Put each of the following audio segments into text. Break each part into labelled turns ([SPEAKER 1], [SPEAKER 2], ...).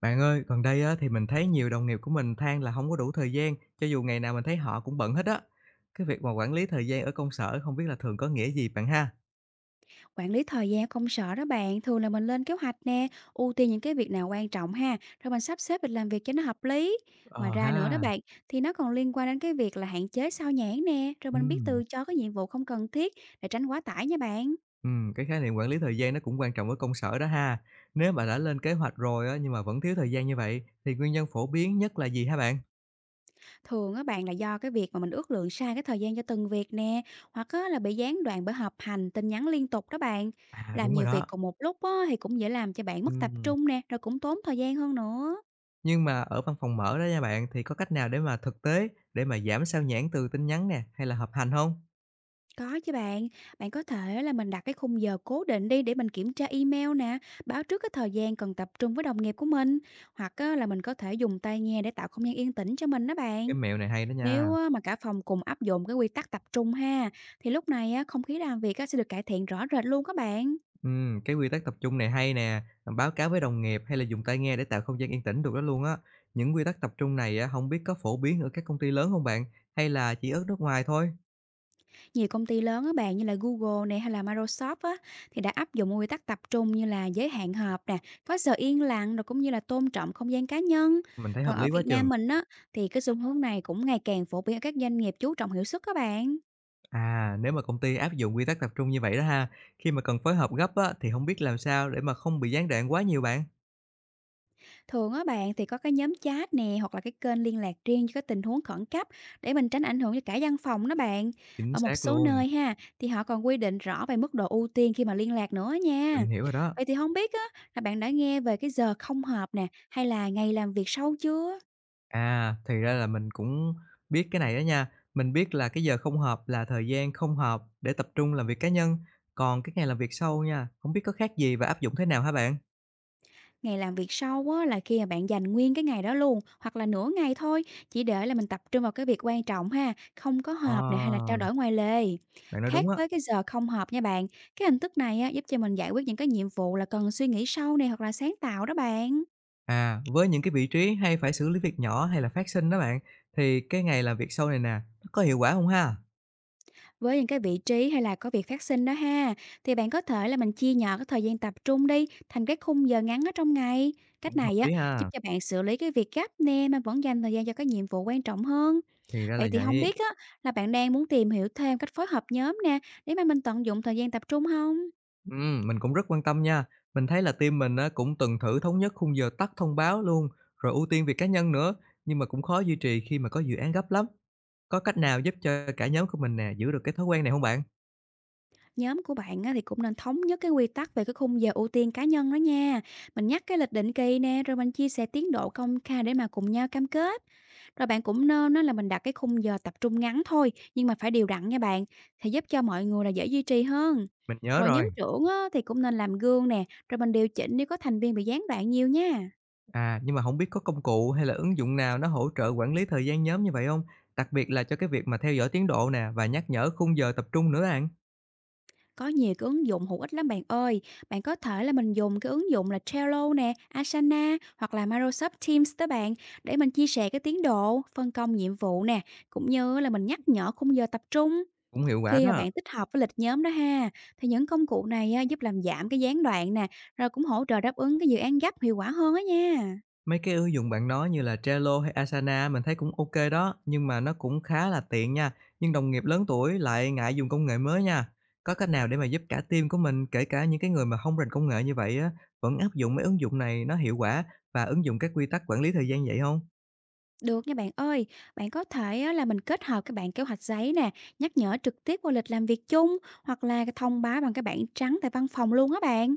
[SPEAKER 1] Bạn ơi, gần đây á, thì mình thấy nhiều đồng nghiệp của mình than là không có đủ thời gian, cho dù ngày nào mình thấy họ cũng bận hết á. Cái việc mà quản lý thời gian ở công sở không biết là thường có nghĩa gì bạn ha?
[SPEAKER 2] Quản lý thời gian công sở đó bạn, thường là mình lên kế hoạch nè, ưu tiên những cái việc nào quan trọng ha, rồi mình sắp xếp lịch làm việc cho nó hợp lý. Ngoài
[SPEAKER 1] Ờ
[SPEAKER 2] ra nữa đó
[SPEAKER 1] ha,
[SPEAKER 2] bạn, thì nó còn liên quan đến cái việc là hạn chế sao nhãng nè, rồi mình biết
[SPEAKER 1] ừm,
[SPEAKER 2] từ cho cái nhiệm vụ không cần thiết để tránh quá tải nha bạn.
[SPEAKER 1] cái khái niệm quản lý thời gian nó cũng quan trọng ở công sở đó ha. Nếu mà đã lên kế hoạch rồi á, nhưng mà vẫn thiếu thời gian như vậy, thì nguyên nhân phổ biến nhất là gì hả bạn?
[SPEAKER 2] Thường á bạn là do cái việc mà mình ước lượng sai cái thời gian cho từng việc nè, hoặc á là bị gián đoạn bởi họp hành, tin nhắn liên tục đó bạn.
[SPEAKER 1] À,
[SPEAKER 2] Làm
[SPEAKER 1] đúng rồi
[SPEAKER 2] nhiều việc
[SPEAKER 1] đó.
[SPEAKER 2] cùng một lúc á, thì cũng dễ làm cho bạn mất tập
[SPEAKER 1] ừm,
[SPEAKER 2] trung nè, rồi cũng tốn thời gian hơn nữa.
[SPEAKER 1] nhưng mà ở văn phòng mở đó nha bạn, thì có cách nào để mà thực tế để mà giảm sao nhãng từ tin nhắn nè, hay là họp hành không?
[SPEAKER 2] Có chứ bạn, bạn có thể là mình đặt cái khung giờ cố định đi để mình kiểm tra email nè, báo trước cái thời gian cần tập trung với đồng nghiệp của mình, hoặc á, là mình có thể dùng tai nghe để tạo không gian yên tĩnh cho mình đó
[SPEAKER 1] Cái
[SPEAKER 2] bạn.
[SPEAKER 1] mẹo này hay đó nha.
[SPEAKER 2] Nếu á, mà cả phòng cùng áp dụng cái quy tắc tập trung ha, thì lúc này á, không khí làm việc á, sẽ được cải thiện rõ rệt luôn các bạn.
[SPEAKER 1] Cái quy tắc tập trung này hay nè, ờ, báo cáo với đồng nghiệp hay là dùng tai nghe để tạo không gian yên tĩnh được đó luôn á. Những quy tắc tập trung này á, hông biết có phổ biến ở các công ty lớn không bạn, hay là chỉ ở nước ngoài thôi?
[SPEAKER 2] Nhiều công ty lớn á bạn như là Google này hay là Microsoft á, thì đã áp dụng nguyên tắc tập trung như là giới hạn họp nè, có giờ yên lặng rồi cũng như là tôn trọng không gian cá nhân.
[SPEAKER 1] Mình thấy hợp
[SPEAKER 2] Còn ở
[SPEAKER 1] lý quá
[SPEAKER 2] Việt
[SPEAKER 1] chừng.
[SPEAKER 2] Nam mình á, thì cái xu hướng này cũng ngày càng phổ biến ở các doanh nghiệp chú trọng hiệu suất các bạn.
[SPEAKER 1] À, nếu mà công ty áp dụng quy tắc tập trung như vậy đó ha, khi mà cần phối hợp gấp á, thì không biết làm sao để mà không bị gián đoạn quá nhiều bạn?
[SPEAKER 2] Thường á bạn thì có cái nhóm chat nè, hoặc là cái kênh liên lạc riêng cho cái tình huống khẩn cấp để mình tránh ảnh hưởng cho cả văn phòng đó bạn.
[SPEAKER 1] Chính
[SPEAKER 2] Ở một
[SPEAKER 1] xác
[SPEAKER 2] số
[SPEAKER 1] luôn,
[SPEAKER 2] nơi ha, thì họ còn quy định rõ về mức độ ưu tiên khi mà liên lạc nữa nha.
[SPEAKER 1] mình hiểu rồi đó.
[SPEAKER 2] Vậy thì không biết á, là bạn đã nghe về cái giờ không hợp nè, hay là ngày làm việc sau chưa?
[SPEAKER 1] À, thì ra là mình cũng biết cái này đó nha. Mình biết là cái giờ không hợp là thời gian không hợp để tập trung làm việc cá nhân, còn cái ngày làm việc sau nha, không biết có khác gì và áp dụng thế nào hả bạn?
[SPEAKER 2] Ngày làm việc sau á, là khi mà bạn dành nguyên cái ngày đó luôn, hoặc là nửa ngày thôi, chỉ để là mình tập trung vào cái việc quan trọng ha, không có họp này hay là
[SPEAKER 1] Ờ,
[SPEAKER 2] trao đổi ngoài lề.
[SPEAKER 1] bạn nói
[SPEAKER 2] Khác
[SPEAKER 1] đúng á.
[SPEAKER 2] với cái giờ không họp nha bạn, cái hình thức này á, giúp cho mình giải quyết những cái nhiệm vụ là cần suy nghĩ sâu này, hoặc là sáng tạo đó bạn.
[SPEAKER 1] À, với những cái vị trí hay phải xử lý việc nhỏ hay là phát sinh đó bạn, thì cái ngày làm việc sau này nè, nó có hiệu quả không ha?
[SPEAKER 2] Với những cái vị trí hay là có việc phát sinh đó ha, thì bạn có thể là mình chia nhỏ cái thời gian tập trung đi thành cái khung giờ ngắn ở trong ngày. Cách
[SPEAKER 1] Cũng hợp
[SPEAKER 2] này á,
[SPEAKER 1] lý
[SPEAKER 2] giúp
[SPEAKER 1] ha,
[SPEAKER 2] cho bạn xử lý cái việc gấp nè, mà vẫn dành thời gian cho cái nhiệm vụ quan trọng hơn.
[SPEAKER 1] thì ra
[SPEAKER 2] Vậy
[SPEAKER 1] là
[SPEAKER 2] thì không
[SPEAKER 1] vậy.
[SPEAKER 2] biết á, là bạn đang muốn tìm hiểu thêm cách phối hợp nhóm nè, để mà mình tận dụng thời gian tập trung không?
[SPEAKER 1] Mình cũng rất quan tâm nha. Mình thấy là team mình á, cũng từng thử thống nhất khung giờ tắt thông báo luôn, rồi ưu tiên việc cá nhân nữa, nhưng mà cũng khó duy trì khi mà có dự án gấp lắm. Có cách nào giúp cho cả nhóm của mình nè giữ được cái thói quen này không bạn?
[SPEAKER 2] Nhóm của bạn á, thì cũng nên thống nhất cái quy tắc về cái khung giờ ưu tiên cá nhân đó nha. Mình nhắc cái lịch định kỳ nè, rồi mình chia sẻ tiến độ công khai để mà cùng nhau cam kết. Rồi bạn cũng nên á, là mình đặt cái khung giờ tập trung ngắn thôi, nhưng mà phải đều đặn nha bạn, thì giúp cho mọi người là dễ duy trì hơn.
[SPEAKER 1] Mình nhớ
[SPEAKER 2] Rồi nhóm
[SPEAKER 1] rồi.
[SPEAKER 2] trưởng á, thì cũng nên làm gương nè, rồi mình điều chỉnh nếu có thành viên bị gián đoạn nhiều nha.
[SPEAKER 1] À, nhưng mà không biết có công cụ hay là ứng dụng nào nó hỗ trợ quản lý thời gian nhóm như vậy không? Đặc biệt là cho cái việc mà theo dõi tiến độ nè và nhắc nhở khung giờ tập trung nữa bạn.
[SPEAKER 2] Có nhiều cái ứng dụng hữu ích lắm bạn ơi. Bạn có thể là mình dùng cái ứng dụng là Trello nè, Asana hoặc là Microsoft Teams đó bạn, để mình chia sẻ cái tiến độ, phân công nhiệm vụ nè, cũng như là mình nhắc nhở khung giờ tập trung.
[SPEAKER 1] Cũng hiệu quả
[SPEAKER 2] Khi mà
[SPEAKER 1] đó.
[SPEAKER 2] bạn tích hợp với lịch nhóm đó ha, thì những công cụ này á, giúp làm giảm cái gián đoạn nè, rồi cũng hỗ trợ đáp ứng cái dự án gấp hiệu quả hơn á nha.
[SPEAKER 1] Mấy cái ứng dụng bạn nói như là Trello hay Asana mình thấy cũng ok đó, nhưng mà nó cũng khá là tiện nha, nhưng đồng nghiệp lớn tuổi lại ngại dùng công nghệ mới nha. Có cách nào để mà giúp cả team của mình, kể cả những cái người mà không rành công nghệ như vậy á, vẫn áp dụng mấy ứng dụng này nó hiệu quả và ứng dụng các quy tắc quản lý thời gian vậy không?
[SPEAKER 2] Được nha bạn ơi, bạn có thể á, là mình kết hợp cái bảng kế hoạch giấy nè, nhắc nhở trực tiếp vào lịch làm việc chung, hoặc là cái thông báo bằng cái bảng trắng tại văn phòng luôn á bạn.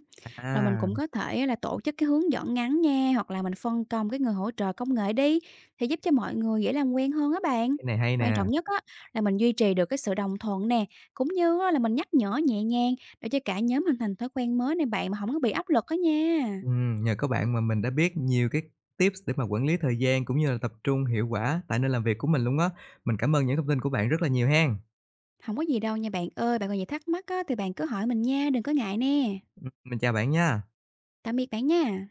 [SPEAKER 2] Rồi mình
[SPEAKER 1] À,
[SPEAKER 2] cũng có thể á, là tổ chức cái hướng dẫn ngắn nha, hoặc là mình phân công cái người hỗ trợ công nghệ đi, thì giúp cho mọi người dễ làm quen hơn á bạn.
[SPEAKER 1] cái này hay
[SPEAKER 2] Quan
[SPEAKER 1] nè.
[SPEAKER 2] trọng nhất á, là mình duy trì được cái sự đồng thuận nè, cũng như á, là mình nhắc nhở nhẹ nhàng để cho cả nhóm hình thành thói quen mới này bạn, mà không có bị áp lực á nha.
[SPEAKER 1] Nhờ các bạn mà mình đã biết nhiều cái tips để mà quản lý thời gian cũng như là tập trung hiệu quả tại nơi làm việc của mình luôn á. Mình cảm ơn những thông tin của bạn rất là nhiều hen.
[SPEAKER 2] Không có gì đâu nha bạn ơi, bạn còn gì thắc mắc á, thì bạn cứ hỏi mình nha, đừng có ngại nè.
[SPEAKER 1] Mình chào bạn nha.
[SPEAKER 2] Tạm biệt bạn nha.